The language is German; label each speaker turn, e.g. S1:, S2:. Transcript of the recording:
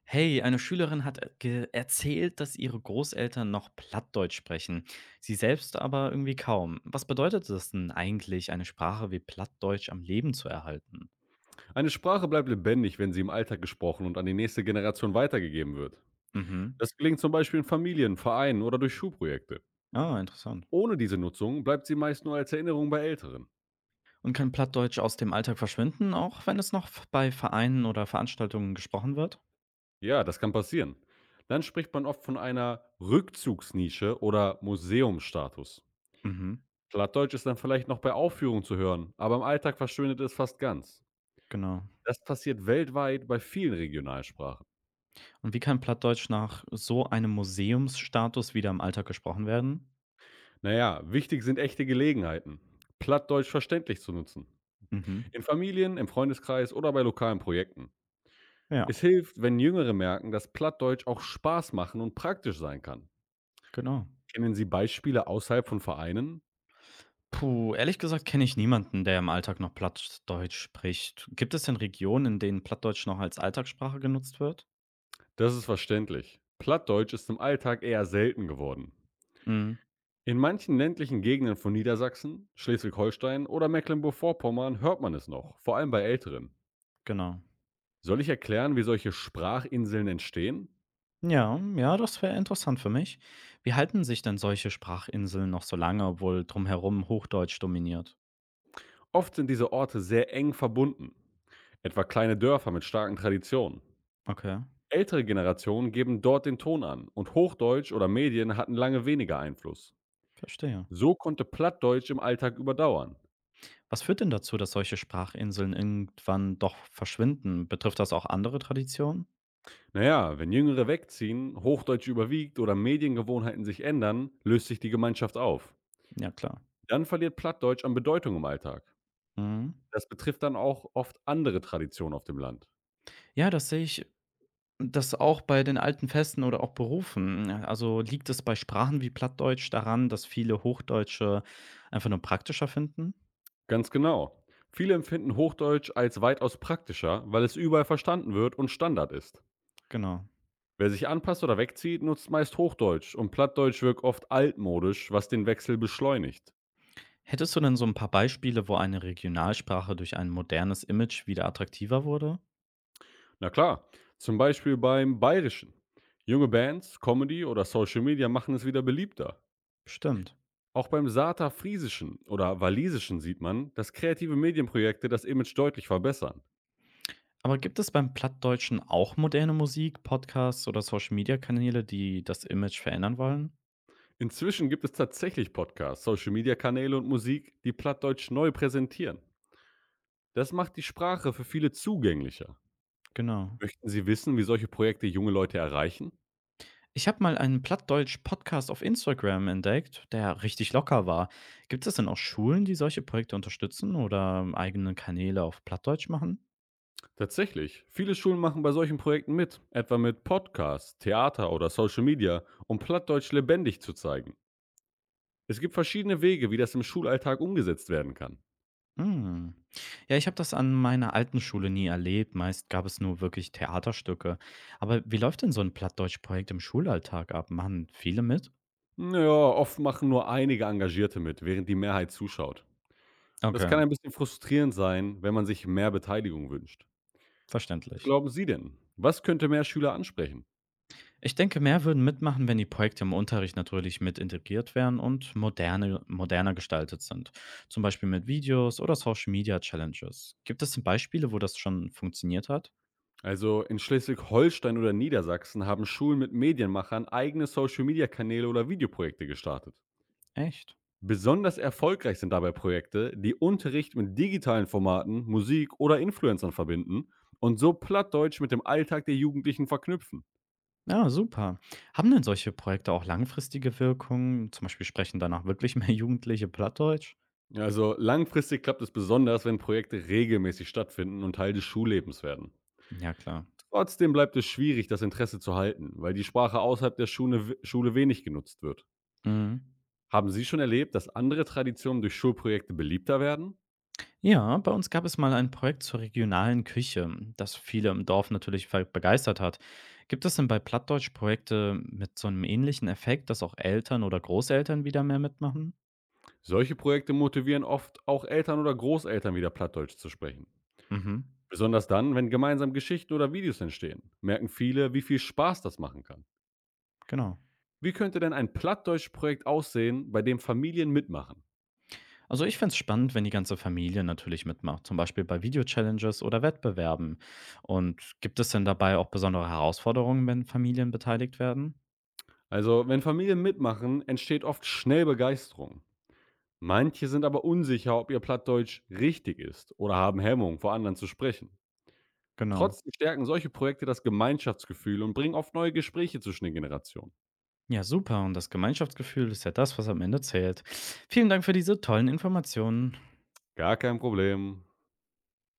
S1: Hey, eine Schülerin hat erzählt, dass ihre Großeltern noch Plattdeutsch sprechen, sie selbst aber irgendwie kaum. Was bedeutet es denn eigentlich, eine Sprache wie Plattdeutsch am Leben zu erhalten?
S2: Eine Sprache bleibt lebendig, wenn sie im Alltag gesprochen und an die nächste Generation weitergegeben wird.
S1: Mhm.
S2: Das gelingt zum Beispiel in Familien, Vereinen oder durch Schulprojekte.
S1: Ah, interessant.
S2: Ohne diese Nutzung bleibt sie meist nur als Erinnerung bei Älteren.
S1: Und kann Plattdeutsch aus dem Alltag verschwinden, auch wenn es noch bei Vereinen oder Veranstaltungen gesprochen wird?
S2: Ja, das kann passieren. Dann spricht man oft von einer Rückzugsnische oder Museumsstatus.
S1: Mhm,
S2: Plattdeutsch ist dann vielleicht noch bei Aufführungen zu hören, aber im Alltag verschwindet es fast ganz.
S1: genau.
S2: Das passiert weltweit bei vielen Regionalsprachen.
S1: Und wie kann Plattdeutsch nach so einem Museumsstatus wieder im Alltag gesprochen werden?
S2: Naja, wichtig sind echte Gelegenheiten. Plattdeutsch verständlich zu nutzen.
S1: Mhm.
S2: In Familien, im Freundeskreis oder bei lokalen Projekten.
S1: Ja,
S2: Es hilft, wenn Jüngere merken, dass Plattdeutsch auch Spaß machen und praktisch sein kann.
S1: genau.
S2: Kennen Sie Beispiele außerhalb von Vereinen?
S1: Puh, ehrlich gesagt kenne ich niemanden, der im Alltag noch Plattdeutsch spricht. Gibt es denn Regionen, in denen Plattdeutsch noch als Alltagssprache genutzt wird?
S2: Das ist verständlich. Plattdeutsch ist im Alltag eher selten geworden.
S1: Mhm,
S2: In manchen ländlichen Gegenden von Niedersachsen, Schleswig-Holstein oder Mecklenburg-Vorpommern hört man es noch, vor allem bei Älteren.
S1: genau.
S2: Soll ich erklären, wie solche Sprachinseln entstehen?
S1: Ja, ja, das wäre interessant für mich. Wie halten sich denn solche Sprachinseln noch so lange, obwohl drumherum Hochdeutsch dominiert?
S2: Oft sind diese Orte sehr eng verbunden, etwa kleine Dörfer mit starken Traditionen.
S1: Okay,
S2: Ältere Generationen geben dort den Ton an und Hochdeutsch oder Medien hatten lange weniger Einfluss.
S1: verstehe.
S2: So konnte Plattdeutsch im Alltag überdauern.
S1: Was führt denn dazu, dass solche Sprachinseln irgendwann doch verschwinden? Betrifft das auch andere Traditionen?
S2: Naja, wenn Jüngere wegziehen, Hochdeutsch überwiegt oder Mediengewohnheiten sich ändern, löst sich die Gemeinschaft auf.
S1: Ja, klar.
S2: Dann verliert Plattdeutsch an Bedeutung im Alltag.
S1: Mhm.
S2: Das betrifft dann auch oft andere Traditionen auf dem Land.
S1: Ja, das sehe ich das auch bei den alten Festen oder auch Berufen. Also, liegt es bei Sprachen wie Plattdeutsch daran, dass viele Hochdeutsche einfach nur praktischer finden?
S2: Ganz genau. Viele empfinden Hochdeutsch als weitaus praktischer, weil es überall verstanden wird und Standard ist.
S1: Genau.
S2: Wer sich anpasst oder wegzieht, nutzt meist Hochdeutsch und Plattdeutsch wirkt oft altmodisch, was den Wechsel beschleunigt.
S1: Hättest du denn so ein paar Beispiele, wo eine Regionalsprache durch ein modernes Image wieder attraktiver wurde?
S2: Na klar, zum Beispiel beim Bayerischen. Junge Bands, Comedy oder Social Media machen es wieder beliebter.
S1: Bestimmt.
S2: Auch beim Sata Friesischen oder Walisischen sieht man, dass kreative Medienprojekte das Image deutlich verbessern.
S1: Aber gibt es beim Plattdeutschen auch moderne Musik, Podcasts oder Social-Media-Kanäle, die das Image verändern wollen?
S2: Inzwischen gibt es tatsächlich Podcasts, Social Media Kanäle und Musik, die Plattdeutsch neu präsentieren. Das macht die Sprache für viele zugänglicher.
S1: Genau.
S2: Möchten Sie wissen, wie solche Projekte junge Leute erreichen?
S1: Ich habe mal einen Plattdeutsch-Podcast auf Instagram entdeckt, der richtig locker war. Gibt es denn auch Schulen, die solche Projekte unterstützen oder eigene Kanäle auf Plattdeutsch machen?
S2: Tatsächlich. Viele Schulen machen bei solchen Projekten mit, etwa mit Podcasts, Theater oder Social Media, um Plattdeutsch lebendig zu zeigen. Es gibt verschiedene Wege, wie das im Schulalltag umgesetzt werden kann.
S1: Hm. Ja, ich habe das an meiner alten Schule nie erlebt. Meist gab es nur wirklich Theaterstücke. Aber wie läuft denn so ein Plattdeutsch-Projekt im Schulalltag ab? Machen viele mit?
S2: Naja, oft machen nur einige Engagierte mit, während die Mehrheit zuschaut. Das
S1: Okay,
S2: kann ein bisschen frustrierend sein, wenn man sich mehr Beteiligung wünscht. Was
S1: verständlich.
S2: glauben Sie denn? Was könnte mehr Schüler ansprechen?
S1: Ich denke, mehr würden mitmachen, wenn die Projekte im Unterricht natürlich mit integriert wären und moderner gestaltet sind. Zum Beispiel mit Videos oder Social Media Challenges. Gibt es denn Beispiele, wo das schon funktioniert hat?
S2: Also in Schleswig-Holstein oder Niedersachsen haben Schulen mit Medienmachern eigene Social-Media-Kanäle oder Videoprojekte gestartet.
S1: Echt?
S2: Besonders erfolgreich sind dabei Projekte, die Unterricht mit digitalen Formaten, Musik oder Influencern verbinden und so Plattdeutsch mit dem Alltag der Jugendlichen verknüpfen.
S1: Ja, super. Haben denn solche Projekte auch langfristige Wirkungen? Zum Beispiel sprechen danach wirklich mehr Jugendliche Plattdeutsch?
S2: Also langfristig klappt es besonders, wenn Projekte regelmäßig stattfinden und Teil des Schullebens werden.
S1: Ja, klar.
S2: Trotzdem bleibt es schwierig, das Interesse zu halten, weil die Sprache außerhalb der Schule wenig genutzt wird.
S1: Mhm.
S2: Haben Sie schon erlebt, dass andere Traditionen durch Schulprojekte beliebter werden?
S1: Ja, bei uns gab es mal ein Projekt zur regionalen Küche, das viele im Dorf natürlich begeistert hat. Gibt es denn bei Plattdeutsch Projekte mit so einem ähnlichen Effekt, dass auch Eltern oder Großeltern wieder mehr mitmachen?
S2: Solche Projekte motivieren oft auch Eltern oder Großeltern wieder Plattdeutsch zu sprechen.
S1: Mhm,
S2: Besonders dann, wenn gemeinsam Geschichten oder Videos entstehen, merken viele, wie viel Spaß das machen kann.
S1: genau.
S2: Wie könnte denn ein Plattdeutsch-Projekt aussehen, bei dem Familien mitmachen?
S1: Also ich find's spannend, wenn die ganze Familie natürlich mitmacht, zum Beispiel bei Video-Challenges oder Wettbewerben. Und gibt es denn dabei auch besondere Herausforderungen, wenn Familien beteiligt werden?
S2: Also, wenn Familien mitmachen, entsteht oft schnell Begeisterung. Manche sind aber unsicher, ob ihr Plattdeutsch richtig ist oder haben Hemmung, vor anderen zu sprechen.
S1: Genau.
S2: Trotzdem stärken solche Projekte das Gemeinschaftsgefühl und bringen oft neue Gespräche zwischen den Generationen.
S1: Ja, super. Und das Gemeinschaftsgefühl ist ja das, was am Ende zählt. Vielen Dank für diese tollen Informationen.
S2: Gar kein Problem.